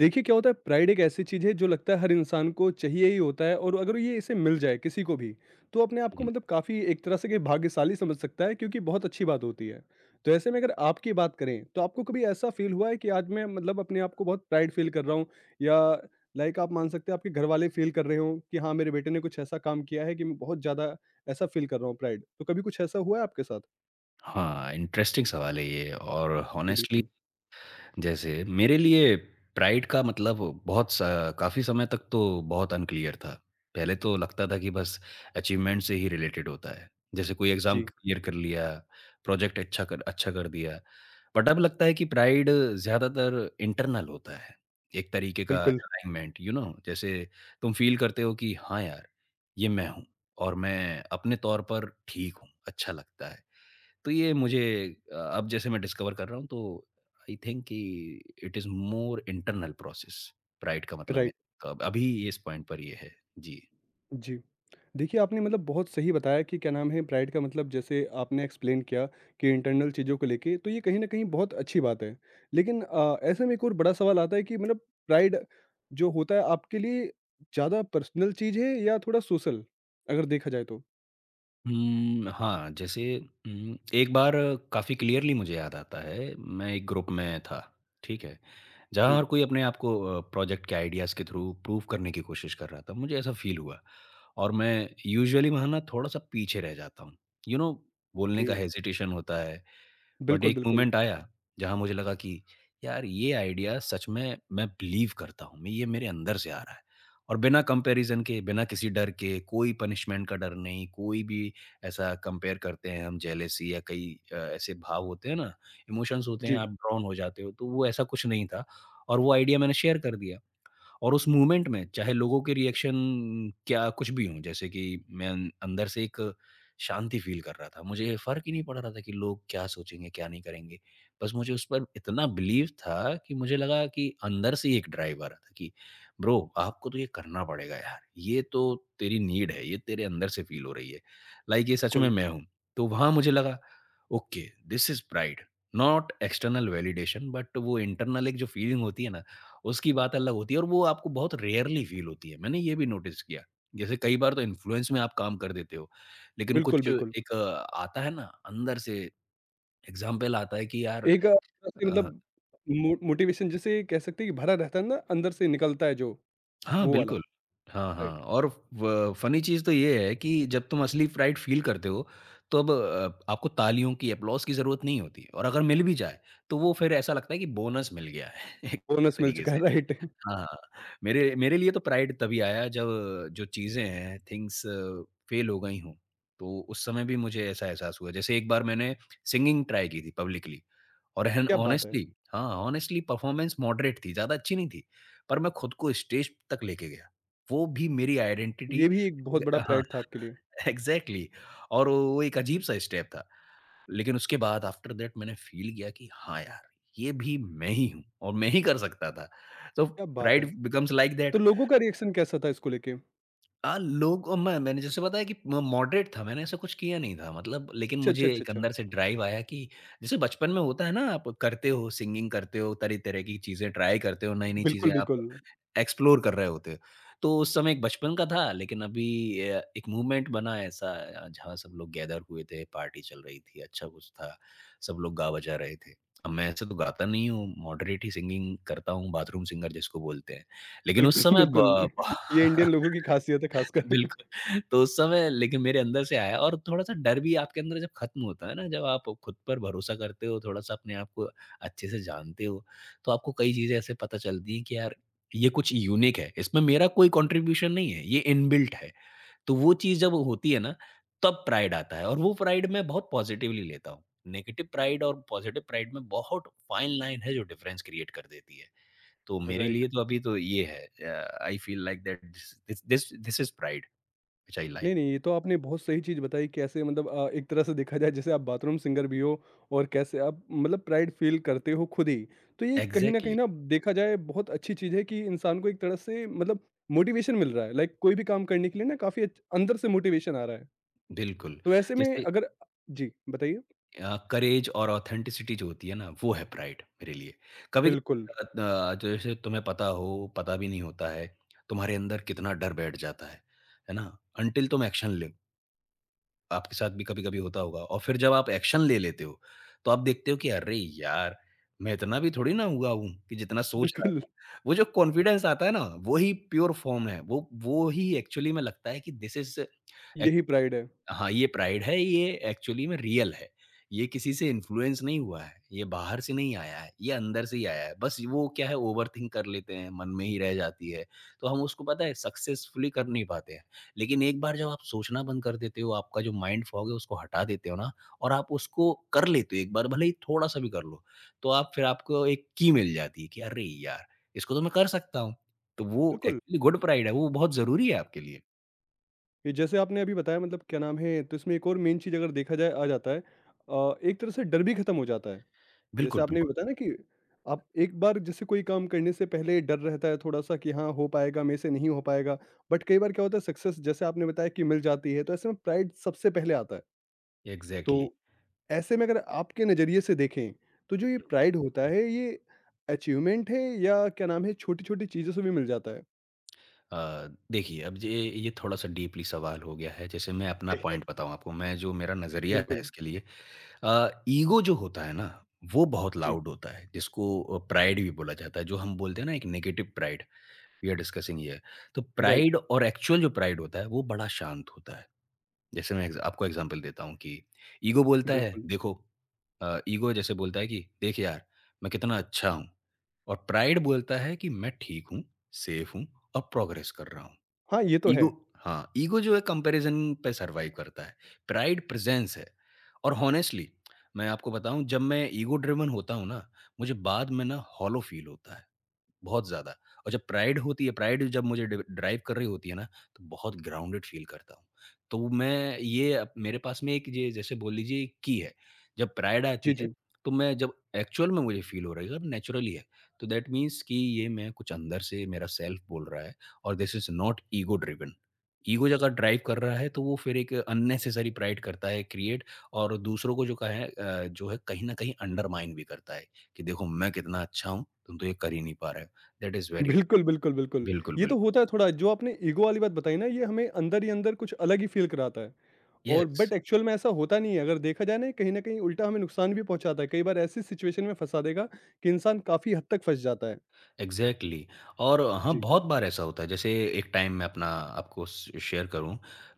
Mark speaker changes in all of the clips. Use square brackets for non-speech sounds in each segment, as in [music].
Speaker 1: देखिए क्या होता है प्राइड एक ऐसी चीज़ है जो लगता है हर इंसान को चाहिए ही होता है और अगर ये इसे मिल जाए किसी को भी तो अपने आप को
Speaker 2: हुँ।
Speaker 1: मतलब काफ़ी एक तरह से कि भाग्यशाली समझ सकता है क्योंकि बहुत अच्छी बात होती है। तो ऐसे में अगर आपकी बात करें तो आपको कभी ऐसा फ़ील हुआ है कि आज मैं मतलब अपने आप को बहुत प्राइड फ़ील कर रहा हूँ या लाइक आप मान सकते हैं आपके घर वाले फ़ील कर रहे हों कि हाँ मेरे बेटे ने कुछ ऐसा काम किया है कि मैं बहुत ज़्यादा ऐसा फ़ील कर रहा हूँ प्राइड। तो कभी कुछ ऐसा हुआ है आपके साथ?
Speaker 2: हाँ, इंटरेस्टिंग सवाल है ये और
Speaker 1: जी
Speaker 2: हॉनेस्टली
Speaker 1: बिल्कुल।
Speaker 2: जैसे मेरे लिए प्राइड का मतलब बहुत स काफ़ी समय तक तो बहुत अनक्लियर था। पहले तो लगता था कि बस अचीवमेंट से ही रिलेटेड होता है। जैसे कोई एग्ज़ाम
Speaker 1: जी,
Speaker 2: क्लियर कर लिया, प्रोजेक्ट अच्छा कर दिया। बट अब लगता है कि प्राइड ज़्यादातर इंटरनल होता है। एक तरीके का
Speaker 1: बिल्कुल,
Speaker 2: अलाइनमेंट यू नो जैसे तुम फ़ील करते हो कि हाँ यार, ये मैं हूँ और मैं अपने तौर पर ठीक हूँ, अच्छा लगता है। तो ये मुझे अब जैसे मैं डिस्कवर कर रहा हूँ तो आई थिंक कि it is more internal process, pride का मतलब
Speaker 1: राइट।
Speaker 2: मेरा अब अभी इस पॉइंट पर ये है। जी।
Speaker 1: जी। देखिए, आपने मतलब बहुत सही बताया कि क्या नाम है प्राइड का मतलब जैसे आपने एक्सप्लेन किया कि इंटरनल चीज़ों को लेके तो ये कहीं न कहीं बहुत अच्छी बात है। लेकिन ऐसे में एक और बड़ा सवाल आता है कि मतलब प्राइड जो होता है आपके लिए ज़्यादा पर्सनल चीज़ है या थोड़ा सोशल अगर देखा जाए तो?
Speaker 2: हुँ, हाँ, जैसे एक बार काफ़ी क्लियरली मुझे याद आता है, मैं एक ग्रुप में था, ठीक है? जहाँ
Speaker 1: जी,
Speaker 2: हर कोई अपने आप को प्रोजेक्ट के आइडियाज़ के थ्रू प्रूव करने की कोशिश कर रहा था, मुझे ऐसा फ़ील हुआ और मैं यूजुअली वहाँ ना थोड़ा-सा पीछे रह जाता हूँ। यू नो बोलने
Speaker 1: ओके।
Speaker 2: का हेजिटेशन होता है बट
Speaker 1: बिल्कुल,
Speaker 2: एक
Speaker 1: बिल्कुल।
Speaker 2: मोमेंट आया जहाँ मुझे लगा कि यार ये आइडिया सच में मैं बिलीव करता हूँ मैं ये मेरे अंदर से आ रहा है और बिना कंपैरिजन के बिना किसी डर के कोई पनिशमेंट का डर नहीं कोई भी ऐसा कंपेयर करते हैं हम जेलेसी या कई ऐसे भाव होते हैं ना इमोशंस होते हैं
Speaker 1: जी,
Speaker 2: आप ड्रॉन हो जाते हो तो वो ऐसा कुछ नहीं था और वो आइडिया मैंने शेयर कर दिया और उस मूवमेंट में चाहे लोगों के रिएक्शन क्या कुछ भी हों, जैसे कि मैं अंदर से एक शांति फ़ील कर रहा था। मुझे फ़र्क ही नहीं पड़ रहा था कि लोग क्या सोचेंगे, क्या नहीं करेंगे। बस मुझे उस पर इतना बिलीव था कि मुझे लगा कि अंदर से ही एक ड्राइव आ रहा था कि ब्रो आपको तो ये करना पड़ेगा यार। ये तो तेरी नीड है, ये तेरे अंदर से फ़ील हो रही है। लाइक ये सच में
Speaker 1: बिल्कुल।
Speaker 2: मैं हूँ। तो वहाँ मुझे लगा okay, this is pride, not external validation but वो इंटरनल एक जो फीलिंग होती है ना उसकी बात अलग होती है और वो आपको बहुत रेयरली फ़ील होती है। मैंने ये भी नोटिस किया। जैसे कई बार तो इन्फ्लुएंस में आप काम कर देते हो, लेकिन
Speaker 1: बिल्कुल,
Speaker 2: कुछ
Speaker 1: बिल्कुल।
Speaker 2: एक आता है ना अंदर से एग्ज़ाम्पल आता है कि यार
Speaker 1: एक तरह से
Speaker 2: अ
Speaker 1: मतलब मो मोटिवेशन जिसे कह सकते हैं कि भरा रहता है ना अंदर से निकलता है जो,
Speaker 2: हाँ,
Speaker 1: वो वाला।
Speaker 2: बिल्कुल। हाँ, हाँ
Speaker 1: राइट।
Speaker 2: और व फ़नी चीज़ तो ये है कि जब तुम असली प्राइड फ़ील करते हो, तो अब आपको तालियों की, एप्लॉज़ की ज़रूरत नहीं होती और अगर मिल भी जाए, तो वो फिर ऐसा लगता है कि बोनस मिल गया है [laughs] एक
Speaker 1: बोनस मिल
Speaker 2: तरीके
Speaker 1: चुका
Speaker 2: से।
Speaker 1: है [laughs] राइट।
Speaker 2: हाँ, हाँ। मेरे मेरे लिए तो प्राइड तभी आया जब जो चीज़ें हैं, थिंग्स फ़ेल हो गई हों, तो उस समय भी मुझे ऐसा एहसास हुआ। जैसे एक बार मैंने सिंगिंग ट्राई की थी पब्लिकली। और एंड
Speaker 1: क्या बात है!
Speaker 2: हॉनेस्टली हाँ, हॉनेस्टली परफॉर्मेंस मॉडरेट थी, ज़्यादा अच्छी नहीं थी, पर मैं खुद को स्टेज तक लेके गया। वो भी मेरी आइडेंटिटी
Speaker 1: ये भी एक बहुत
Speaker 2: ग
Speaker 1: बड़ा
Speaker 2: हाँ,
Speaker 1: प्राइड था आपके लिए,
Speaker 2: [laughs] एग्ज़ैक्टली और वो एक अजीब-सा स्टेप था। लेकिन उसके बाद आफ्टर दैट मैंने फ़ील किया कि हाँ यार, ये भी मैं ही हूँ और मैं ही कर सकता था। तो
Speaker 1: क्या बात है!
Speaker 2: Pride becomes like that.
Speaker 1: तो लोगों का रिएक्शन कैसा था इसको लेके?
Speaker 2: लोग और मैंने जैसे बताया कि म मॉडरेट था, मैंने ऐसा कुछ किया नहीं था मतलब लेकिन
Speaker 1: अच्छा, अच्छा,
Speaker 2: मुझे
Speaker 1: अच्छा,
Speaker 2: एक
Speaker 1: अच्छा।
Speaker 2: अंदर से ड्राइव आया कि जैसे बचपन में होता है ना, आप करते हो, सिंगिंग करते हो, तरह-तरह की चीज़ें ट्राई करते हो, नई-नई चीज़ें
Speaker 1: बिल्कुल,
Speaker 2: आप
Speaker 1: बिल्कुल।
Speaker 2: एक्सप्लोर कर रहे होते हो। तो उस समय एक बचपन का था लेकिन अभी एक मूवमेंट बना ऐसा जहाँ सब लोग गैदर हुए थे, पार्टी चल रही थी, अच्छा कुछ था, सब लोग गा बजा रहे थे। अब मैं ऐसे तो गाता नहीं हूँ, मॉडरेट ही सिंगिंग करता हूँ, बाथरूम सिंगर जिसको बोलते हैं। लेकिन उस
Speaker 1: बिल्कुल, [laughs]
Speaker 2: समय
Speaker 1: बिल्कुल।
Speaker 2: ब
Speaker 1: ये
Speaker 2: [laughs]
Speaker 1: इंडियन लोगों की ख़ासियत है ख़ासकर।
Speaker 2: बिल्कुल, तो उस समय लेकिन मेरे अंदर से आया और थोड़ा-सा डर भी आपके अंदर जब खत्म होता है ना, जब आप खुद पर भरोसा करते हो, थोड़ा-सा अपने आप को अच्छे से जानते हो, तो आपको कई चीज़ें ऐसे पता चलती हैं कि यार, ये कुछ यूनिक है, इसमें मेरा कोई कंट्रीब्यूशन नहीं है, ये इनबिल्ट है। तो वो चीज़ जब होती है ना, तब प्राइड आता है और वो प्राइड मैं बहुत पॉजिटिवली लेता हूँ। नेगेटिव प्राइड और पॉजिटिव प्राइड में बहुत फाइन लाइन है जो डिफरेंस क्रिएट कर देती है। तो मेरे
Speaker 1: राइट।
Speaker 2: लिए तो अभी तो ये है I feel like that this this this is pride. Which I
Speaker 1: नहीं,
Speaker 2: लाइक
Speaker 1: नहीं, ये तो आपने बहुत सही चीज़ बताई कैसे मतलब एक तरह से देखा जाए जैसे आप बाथरूम सिंगर भी हो और कैसे आप मतलब प्राइड फ़ील करते हो खुद ही। तो ये कहीं न कहीं
Speaker 2: एग्ज़ैक्टली,
Speaker 1: ना देखा जाए बहुत अच्छी चीज़ है कि इंसान को एक तरह से मतलब मोटिवेशन मिल रहा है। लाइक कोई भी काम करने के लिए ना काफ़ी अच्छ अंदर से मोटिवेशन आ रहा है।
Speaker 2: बिल्कुल।
Speaker 1: तो ऐसे में
Speaker 2: जैसे
Speaker 1: अगर जी, बताइए?
Speaker 2: करेज और ऑथेंटिसिटी जो होती है ना, वो है प्राइड मेरे लिए। कभी-कभी
Speaker 1: बिल्कुल।
Speaker 2: अ, द जैसे तुम्हें पता हो, पता भी नहीं होता है, तुम्हारे अंदर कितना डर बैठ जाता है ना? अनटिल तुम एक्शन ले आपके साथ भी कभी-कभी होता होगा और फिर जब आप एक्शन ले लेते हो, तो आप देखते हो कि अरे यार! मैं इतना भी थोड़ी ना हुआ हूँ कि जितना सोच रहा
Speaker 1: बिल्कुल,
Speaker 2: था। वो जो कॉन्फिडेंस आता है ना, वो ही प्योर फॉर्म है। वो ही एक्चुअली में लगता है कि दिस इज़
Speaker 1: यही प्राइड है।
Speaker 2: हाँ, ये प्राइड है, ये एक्चुअली में रियल है। ये किसी से इन्फ्लुएंस नहीं हुआ है, ये बाहर से नहीं आया है, ये अंदर से ही आया है। बस वो क्या है ओवरथिंक कर लेते हैं, मन में ही रह जाती है। तो हम उसको पता है सक्सेसफुली कर नहीं पाते हैं। लेकिन एक बार जब आप सोचना बंद कर देते हो, आपका जो माइंड फॉग है उसको हटा देते हो ना और आप उसको कर लेते हो एक बार, भले ही थोड़ा-सा भी कर लो। तो आप फिर आपको एक की मिल जाती है कि अरे यार! इसको तो मैं कर सकता हूँ। तो वो
Speaker 1: बिल्कुल,
Speaker 2: एक्चुअली गुड प्राइड है, वो बहुत ज़रूरी है आपके लिए।
Speaker 1: ये जैसे आपने अभी बताया मतलब क्या नाम है, तो इसमें एक और मेन चीज़ अगर देखा जाए आ जाता है एक तरह से डर भी खत्म हो जाता है। जैसे
Speaker 2: बिल्कुल,
Speaker 1: आपने भी
Speaker 2: बिल्कुल।
Speaker 1: बताया ना कि आप एक बार जैसे कोई काम करने से पहले डर रहता है थोड़ा-सा कि हाँ, हो पाएगा, मेरे से नहीं हो पाएगा। बट कई बार क्या होता है सक्सेस जैसे आपने बताया कि मिल जाती है, तो ऐसे में प्राइड सबसे पहले आता है। तो
Speaker 2: एग्ज़ैक्टली।
Speaker 1: ऐसे में अगर आपके नज़रिए से देखें, तो जो ये प्राइड होता है ये अचीवमेंट है या क्या नाम है छोटी-छोटी चीज़ों से भी मिल जाता है?
Speaker 2: देखिए अब ये थोड़ा-सा डीपली सवाल हो गया है। जैसे मैं अपना पॉइंट
Speaker 1: [laughs]
Speaker 2: बताऊँ आपको, मैं जो मेरा नज़रिया है
Speaker 1: बिल्कुल,
Speaker 2: इसके लिए ईगो जो होता है ना, वो बहुत
Speaker 1: जी,
Speaker 2: लाउड होता है, जिसको प्राइड भी बोला जाता है, जो हम बोलते हैं ना एक negative pride, we are discussing here. तो
Speaker 1: राइट।
Speaker 2: प्राइड और एक्चुअल जो प्राइड होता है, वो बड़ा शांत होता है। जैसे मैं एग्ज़ आपको एग्ज़ाम्पल देता हूँ कि ईगो बोलता है,
Speaker 1: बिल्कुल।
Speaker 2: देखो ईगो जैसे बोलता है कि, "देख यार, मैं कितना अच्छा हूँ।" और प्राइड बोलता है कि, "मैं ठीक हूँ, सेफ हूँ और प्रोग्रेस कर रहा हूँ।"
Speaker 1: हाँ, ये तो है।
Speaker 2: ईगो हाँ, ईगो जो है कंपैरिज़न पे सर्वाइव करता है। प्राइड प्रेज़ेंस है और हॉनेस्टली मैं आपको बताऊँ जब मैं ईगो ड्रिवन होता हूँ ना, मुझे बाद में ना हॉलो फ़ील होता है। बहुत ज़्यादा। और जब प्राइड होती है प्राइड जब मुझे डि ड्राइव कर रही होती है ना, तो बहुत ग्राउंडेड फ़ील करता हूँ। तो मैं ये अप मेरे पास में एक ये जैसे बोल लीजिए एक की है। जब प्राइड आती
Speaker 1: जी,
Speaker 2: है,
Speaker 1: जी।
Speaker 2: तो मैं जब एक्चुअल में मुझे फ़ील हो रही है और नेचुरली है, तो दैट मीन्स कि ये मैं कुछ अंदर से मेरा सेल्फ बोल रहा है और this is not ego driven. Ego अगर ड्राइव कर रहा है, तो वो फिर एक अननेसेसरी प्राइड करता है क्रिएट और दूसरों को जो का है जो है कहीं न कहीं अंडरमाइन भी करता है कि देखो मैं कितना अच्छा हूँ, तुम तो ये कर ही नहीं पा रहे हो। That is very bad.
Speaker 1: बिल्कुल, बिल्कुल, बिल्कुल।
Speaker 2: Wilful,
Speaker 1: ये तो
Speaker 2: wilful.
Speaker 1: होता है थोड़ा जो आपने ईगो वाली बात बताई ना ये हमें अंदर ही अंदर कुछ अलग ही फ़ील कराता है और
Speaker 2: Yes.
Speaker 1: बट एक्चुअल में ऐसा होता नहीं है। अगर देखा जाए ना कहीं न कहीं उल्टा हमें नुकसान भी पहुँचाता है। कई बार ऐसी सिचुएशन में फँसा देगा कि इंसान काफ़ी हद तक फँस जाता है।
Speaker 2: Exactly exactly. और हाँ
Speaker 1: जी,
Speaker 2: बहुत बार ऐसा होता है जैसे एक टाइम मैं अपना आपको शेयर करूं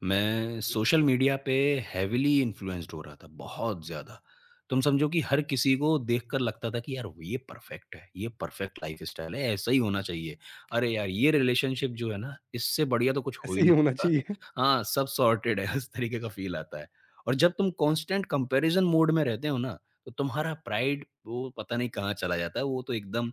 Speaker 2: मैं सोशल मीडिया पे हैविली इन्फ्लुएंस्ड हो रहा था बहुत ज़्यादा तुम समझो कि हर किसी को देखकर लगता था कि यार वो ये परफेक्ट है ये परफेक्ट लाइफ स्टाइल है ऐसा ही होना चाहिए अरे यार ये रिलेशनशिप जो है ना इससे बढ़िया तो कुछ हो ही
Speaker 1: ऐसे ही
Speaker 2: नहीं
Speaker 1: होना
Speaker 2: सकता
Speaker 1: चाहिए।
Speaker 2: हाँ सब सॉर्टेड है उस तरीके का फील आता है और जब तुम कांस्टेंट कंपैरिजन मोड में रहते हो ना तो तुम्हारा प्राइड वो पता नहीं कहाँ चला जाता है वो तो एकदम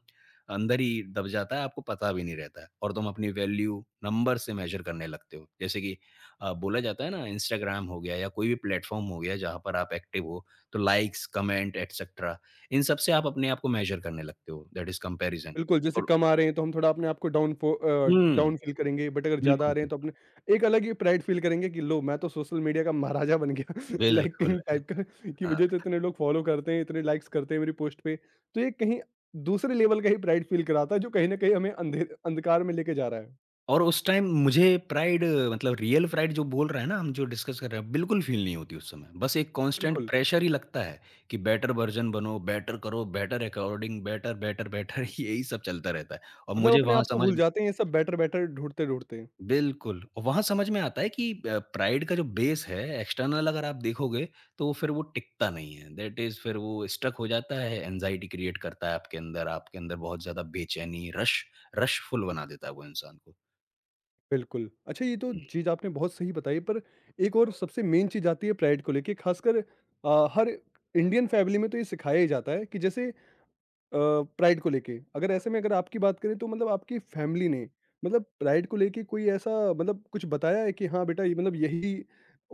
Speaker 2: अंदर ही दब जाता है, आपको पता भी नहीं रहता है और तुम अपनी वैल्यू नंबर से मेज़र करने लगते हो। जैसे कि बोला जाता है ना इंस्टाग्राम हो गया या कोई भी प्लेटफ़ॉर्म हो गया जहाँ पर आप एक्टिव हो, तो लाइक्स, कमेंट एटसेट्रा इन सब से आप अपने आप को मेज़र करने लगते हो दैट इज़ कंपैरिज़न
Speaker 1: बिल्कुल, जैसे
Speaker 2: और
Speaker 1: कम आ रहे हैं तो हम थोड़ा अपने आप को
Speaker 2: हुँ,
Speaker 1: डाउन फील करेंगे बट अगर ज़्यादा आ
Speaker 2: बिल्कुल,
Speaker 1: रहे हैं तो
Speaker 2: बिल्कुल।
Speaker 1: अपने एक अलग ही प्राइड फील करेंगे कि लो मैं तो सोशल मीडिया का महाराजा बन गया [laughs] लाइक
Speaker 2: बिल्कुल।
Speaker 1: किंग टाइप का कि
Speaker 2: हाँ।
Speaker 1: मुझे तो इतने लोग फॉलो करते हैं, इतने लाइक्स करते हैं मेरी पोस्ट पे। तो ये कहीं दूसरे लेवल का ही प्राइड फील कराता है जो कहीं न कहीं हमें अंधे अंधकार में लेके जा रहा है।
Speaker 2: और उस टाइम मुझे प्राइड मतलब रियल प्राइड जो बोल रहे हैं ना हम जो डिस्कस कर रहे हैं, बिल्कुल फ़ील नहीं होती उस समय। बस एक कांस्टेंट
Speaker 1: बिल्कुल,
Speaker 2: प्रेशर ही लगता है कि बेटर वर्ज़न बनो, बेटर करो, better according better, better, better [laughs] यही सब चलता रहता है। और
Speaker 1: मतलब
Speaker 2: मुझे
Speaker 1: अपने
Speaker 2: वहाँ
Speaker 1: आप को
Speaker 2: समझ
Speaker 1: भूल जाते हैं ये सब बेटर-बेटर ढूँढते-ढूँढते।
Speaker 2: बिल्कुल, और वहाँ समझ में आता है कि प्राइड का जो बेस है एक्सटर्नल अगर आप देखोगे तो वो फिर वो टिकता नहीं है। दैट इज़ फिर वो स्टक हो जाता है, एंग्जायटी क्रिएट करता है आपके अंदर बहुत ज़्यादा बेचैनी, रश रशफुल बना देता है वो इंसान को।
Speaker 1: बिल्कुल। अच्छा ये तो
Speaker 2: हुँ।
Speaker 1: चीज़ आपने बहुत सही बताई पर एक और सबसे मेन चीज़ आती है प्राइड को लेके ख़ासकर हर इंडियन फैमिली में तो ये सिखाया ही जाता है कि जैसे अ, प्राइड को लेके। अगर ऐसे में अगर आपकी बात करें तो मतलब आपकी फैमिली ने मतलब प्राइड को लेके कोई ऐसा मतलब कुछ बताया है कि हाँ बेटा ये मतलब यही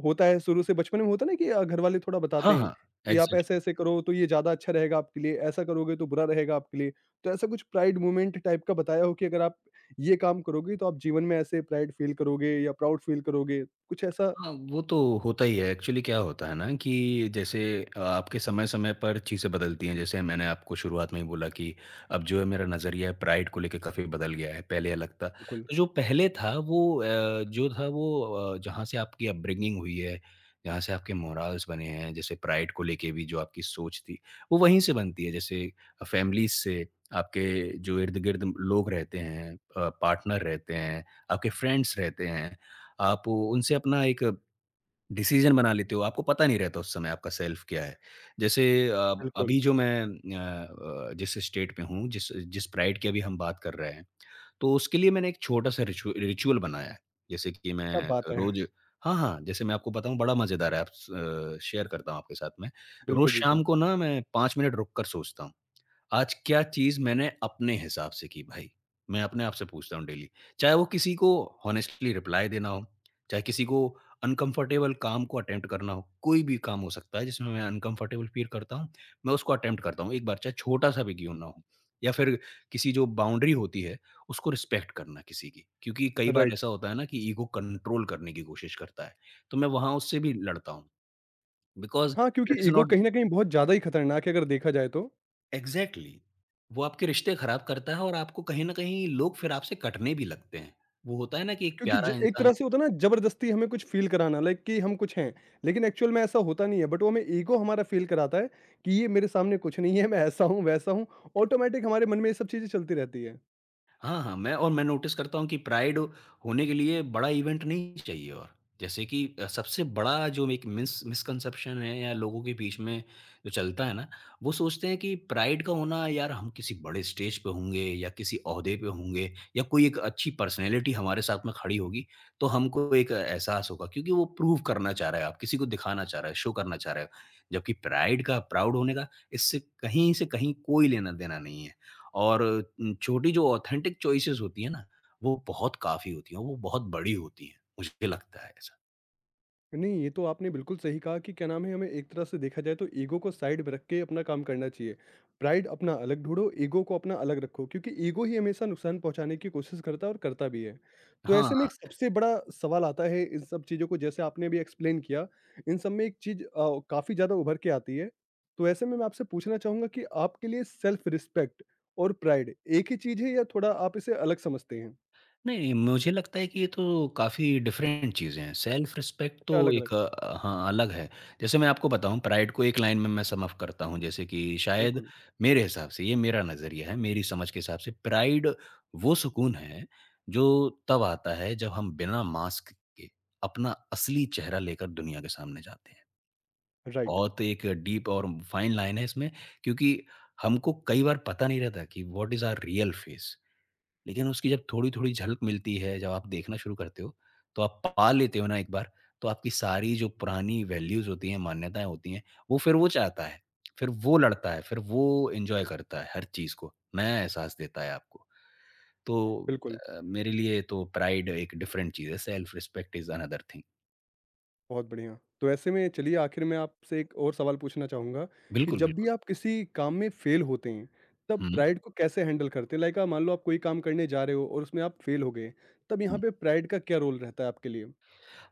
Speaker 1: होता है शुरू से बचपन में होता है ना कि घर वाले थोड़ा
Speaker 2: हाँ,
Speaker 1: बताते हैं
Speaker 2: हाँ।
Speaker 1: कि आप
Speaker 2: एग्ज़ैक्टली।
Speaker 1: ऐसे-ऐसे करो तो ये ज़्यादा अच्छा रहेगा आपके लिए, ऐसा करोगे तो बुरा रहेगा आपके लिए। तो ऐसा कुछ प्राइड मोमेंट टाइप का बताया हो कि अगर आप ये काम करोगे तो आप जीवन में ऐसे प्राइड फ़ील करोगे या प्राउड फ़ील करोगे, कुछ ऐसा?
Speaker 2: हाँ, वो तो होता ही है। एक्चुअली क्या होता है ना कि जैसे आपके समय-समय पर चीज़ें बदलती हैं। जैसे मैंने आपको शुरुआत में ही बोला कि अब जो है मेरा नज़रिया है प्राइड को लेके काफ़ी बदल गया है। पहले अलग था।
Speaker 1: बिल्कुल,
Speaker 2: तो जो पहले था वो जो था वो जहाँ से आपकी अपब्रिंगिंग हुई है, जहाँ से आपके मोराल्स बने हैं, जैसे प्राइड को लेके भी जो आपकी सोच थी, वो वहीं से बनती है। जैसे फैमिलीज़ से, आपके जो इर्द-गिर्द लोग रहते हैं, पार्टनर रहते हैं, आपके फ्रेंड्स रहते हैं, आप उनसे अपना एक डिसीज़न बना लेते हो, आपको पता नहीं रहता उस समय आपका सेल्फ क्या है। जैसे
Speaker 1: बिल्कुल।
Speaker 2: अभी जो मैं जिस स्टेट में हूँ, जिस जिस प्राइड की अभी हम बात कर रहे हैं, तो उसके लिए मैंने एक छोटा-सा रिचुअल बनाया है। जैसे कि
Speaker 1: क्या
Speaker 2: मैं
Speaker 1: बात है!
Speaker 2: रोज़
Speaker 1: [laughs]
Speaker 2: हाँ, हाँ, जैसे मैं आपको बताऊँ बड़ा मज़ेदार है आप स शेयर करता हूँ आपके साथ में। रोज़
Speaker 1: बिल्कुल,
Speaker 2: शाम
Speaker 1: बिल्कुल।
Speaker 2: को ना मैं 5 मिनट रुक कर सोचता हूँ। आज क्या चीज़ मैंने अपने हिसाब से की भाई? मैं अपने आप से पूछता हूँ डेली। चाहे वो किसी को हॉनेस्टली रिप्लाई देना हो, चाहे किसी को अनकम्फर्टेबल काम को अटेम्प्ट करना हो, कोई भी काम हो सकता है जिसमें मैं अनकम्फर्टेबल फ़ील करता हूँ, मैं उसको अटेम्प्ट करता हूँ एक बार चाहे छोटा-सा भी क्यों ना हो। या फिर किसी जो बाउंड्री होती है, उसको रिस्पेक्ट करना किसी की। क्योंकि कई बार
Speaker 1: राइट।
Speaker 2: ऐसा होता है ना कि ईगो कंट्रोल करने की कोशिश करता है। तो मैं वहाँ उससे भी लड़ता हूँ बिकॉज़
Speaker 1: हाँ, क्योंकि
Speaker 2: दैट इज़
Speaker 1: ईगो
Speaker 2: नॉट
Speaker 1: कहीं न कहीं बहुत ज़्यादा ही खतरनाक है अगर देखा जाए तो।
Speaker 2: एग्ज़ैक्टली। वो आपके रिश्ते खराब करता है और आपको कहीं न कहीं लोग फिर आपसे कटने भी लगते हैं। वो होता है ना कि एक
Speaker 1: क्योंकि
Speaker 2: प्यारा
Speaker 1: ज एक
Speaker 2: इंसान
Speaker 1: तरह से होता है ना ज़बरदस्ती हमें कुछ फ़ील कराना लाइक कि हम कुछ हैं। लेकिन एक्चुअल में ऐसा होता नहीं है बट वो हमें ईगो हमारा फ़ील कराता है कि ये मेरे सामने कुछ नहीं है, मैं ऐसा हूँ, वैसा हूँ। ऑटोमैटिक हमारे मन में ये सब चीज़ें चलती रहती है।
Speaker 2: हाँ, हाँ, मैं नोटिस करता हूँ कि प्राइड होने के लिए बड़ा इवेंट नहीं चाहिए और। जैसे कि सबसे बड़ा जो एक मिसकंसेप्शन है या लोगों के बीच में जो चलता है ना, वो सोचते हैं कि प्राइड का होना यार हम किसी बड़े स्टेज पे होंगे या किसी ओहदे पे होंगे या कोई एक अच्छी पर्सनैलिटी हमारे साथ में खड़ी होगी, तो हमको एक एहसास होगा क्योंकि वो प्रूव करना चाह रहा है, आप किसी को दिखाना चाह रहा है, शो करना चाह रहा है। जबकि प्राइड का, प्राउड होने का इससे कहीं से कहीं कोई लेना-देना नहीं है। और छोटी जो ऑथेंटिक चॉइसेस होती हैं ना, वो बहुत काफ़ी होती हैं, वो बहुत बड़ी होती हैं, मुझे लगता है ऐसा।
Speaker 1: नहीं, ये तो आपने बिल्कुल सही कहा कि क्या नाम है, हमें एक तरह से देखा जाए तो ईगो को साइड में रख के अपना काम करना चाहिए। प्राइड अपना अलग ढूँढो, ईगो को अपना अलग रखो क्योंकि ईगो ही हमेशा नुकसान पहुँचाने की कोशिश करता है और करता भी है। तो
Speaker 2: हाँ,
Speaker 1: ऐसे में एक सबसे बड़ा सवाल आता है इन सब चीज़ों को जैसे आपने भी एक्सप्लेन किया, इन सब में एक चीज़ काफ़ी ज़्यादा उभर के आती है। तो ऐसे में मैं आपसे पूछना चाहूँगा कि आपके लिए सेल्फ रिस्पेक्ट और प्राइड एक ही चीज़ है या थोड़ा आप इसे अलग समझते हैं?
Speaker 2: नहीं मुझे लगता है कि ये तो काफ़ी डिफरेंट चीज़ें हैं, सेल्फ रिस्पेक्ट तो
Speaker 1: अच्छा अलग-अलग,
Speaker 2: एक हाँ, अलग है। जैसे मैं आपको बताऊँ प्राइड को एक लाइन में मैं सम अप करता हूँ जैसे कि शायद
Speaker 1: बिल्कुल,
Speaker 2: मेरे हिसाब से, ये मेरा नज़रिया है, मेरी समझ के हिसाब से प्राइड वो सुकून है, जो तब आता है जब हम बिना मास्क के अपना असली चेहरा लेकर दुनिया के सामने जाते हैं।
Speaker 1: राइट,
Speaker 2: बहुत एक डीप और फाइन लाइन है इसमें क्योंकि हमको कई बार पता नहीं रहता कि what is our real face. लेकिन उसकी जब थोड़ी-थोड़ी झलक मिलती है, जब आप देखना शुरू करते हो, तो आप पा लेते हो ना एक बार, तो आपकी सारी जो पुरानी वैल्यूज़ होती हैं, मान्यताएँ होती हैं, वो फिर वो चाहता है, फिर वो लड़ता है, फिर वो एन्जॉय करता है हर चीज़ को, नया एहसास देता है आपको। तो
Speaker 1: बिल्कुल।
Speaker 2: मेरे लिए तो प्राइड एक डिफरेंट चीज़ है, self respect is another thing.
Speaker 1: बहुत बढ़िया। तो ऐसे में चलिए आखिर में आपसे एक और सवाल पूछना चाहूँगा कि
Speaker 2: बिल्कुल,
Speaker 1: जब भी
Speaker 2: बिल्कुल।
Speaker 1: आप किसी काम में फ़ेल होते हैं, तब
Speaker 2: हुँ, हुँ।
Speaker 1: प्राइड को कैसे हैंडल करते हैं? लाइक मान लो आप कोई काम करने जा रहे हो और उसमें आप फ़ेल हो गए, तब यहाँ पे प्राइड का क्या रोल रहता है आपके लिए?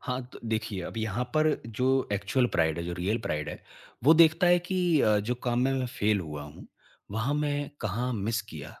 Speaker 2: हाँ, तो देखिए, अब यहाँ पर जो एक्चुअल प्राइड है, जो रियल प्राइड है, वो देखता है कि जो काम में मैं फेल हुआ हूँ, वहाँ मैं कहाँ मिस किया।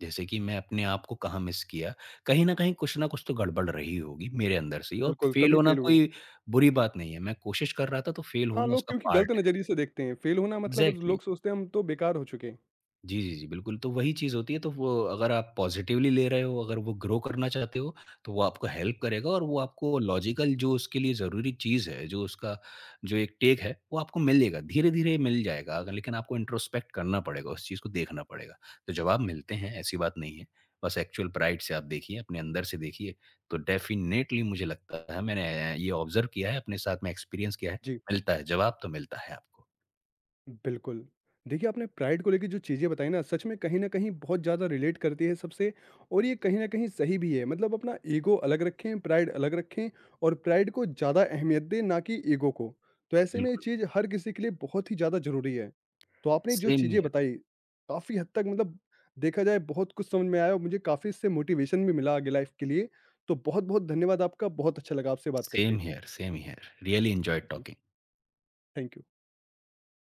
Speaker 2: जैसे कि मैं अपने आप को कहाँ मिस किया। कहीं न कहीं कुछ न कुछ तो गड़बड़ रही होगी मेरे अंदर से ही और
Speaker 1: बिल्कुल,
Speaker 2: फेल
Speaker 1: तभी
Speaker 2: होना
Speaker 1: फ़ेल हुए।
Speaker 2: कोई बुरी बात नहीं है। मैं कोशिश कर रहा था, तो फेल
Speaker 1: हाँ,
Speaker 2: होना
Speaker 1: लोग
Speaker 2: उसका
Speaker 1: क्योंकि गलत
Speaker 2: पार्ट है।
Speaker 1: नज़रिए से देखते हैं, फ़ेल होना मतलब
Speaker 2: एग्ज़ैक्टली।
Speaker 1: लोग सोचते हैं हम तो बेकार हो चुके हैं।
Speaker 2: जी, जी, जी, बिल्कुल, तो वही चीज़ होती है तो वो अगर आप पॉज़िटिवली ले रहे हो, अगर वो ग्रो करना चाहते हो, तो वो आपको हेल्प करेगा और वो आपको लॉजिकल जो उसके लिए ज़रूरी चीज़ है, जो उसका जो एक टेक है, वो आपको मिलेगा, धीरे-धीरे मिल जाएगा अगर लेकिन आपको इंट्रोस्पेक्ट करना पड़ेगा, उस चीज़ को देखना पड़ेगा। तो जवाब मिलते हैं, ऐसी बात नहीं है, बस एक्चुअल प्राइड से आप देखिए, अपने अंदर से देखिए, तो डेफ़िनेटली मुझे लगता है मैंने ये ऑब्ज़र्व किया है, अपने साथ में एक्सपीरियंस किया है,
Speaker 1: जी।
Speaker 2: मिलता है, जवाब तो मिलता है आपको।
Speaker 1: बिल्कुल। देखिए, आपने प्राइड को लेके जो चीज़ें बताई ना, सच में कहीं न कहीं बहुत ज़्यादा रिलेट करती है सबसे और ये कहीं न कहीं सही भी है। मतलब अपना ईगो अलग रखें, प्राइड अलग रखें और प्राइड को ज़्यादा अहमियत दें, ना कि ईगो को। तो ऐसे में ये
Speaker 2: बिल्कुल,
Speaker 1: चीज़ हर किसी के लिए बहुत ही ज़्यादा ज़रूरी है। तो आपने जो
Speaker 2: सेम
Speaker 1: चीज़ें बताई, काफ़ी हद तक मतलब देखा जाए बहुत कुछ समझ में आया और मुझे काफ़ी इससे मोटिवेशन भी मिला आगे लाइफ़ के लिए। तो बहुत-बहुत धन्यवाद आपका, बहुत अच्छा लगा आपसे बात करके।
Speaker 2: Same here, same here. Really enjoyed
Speaker 1: जी,
Speaker 2: talking।
Speaker 1: Thank you.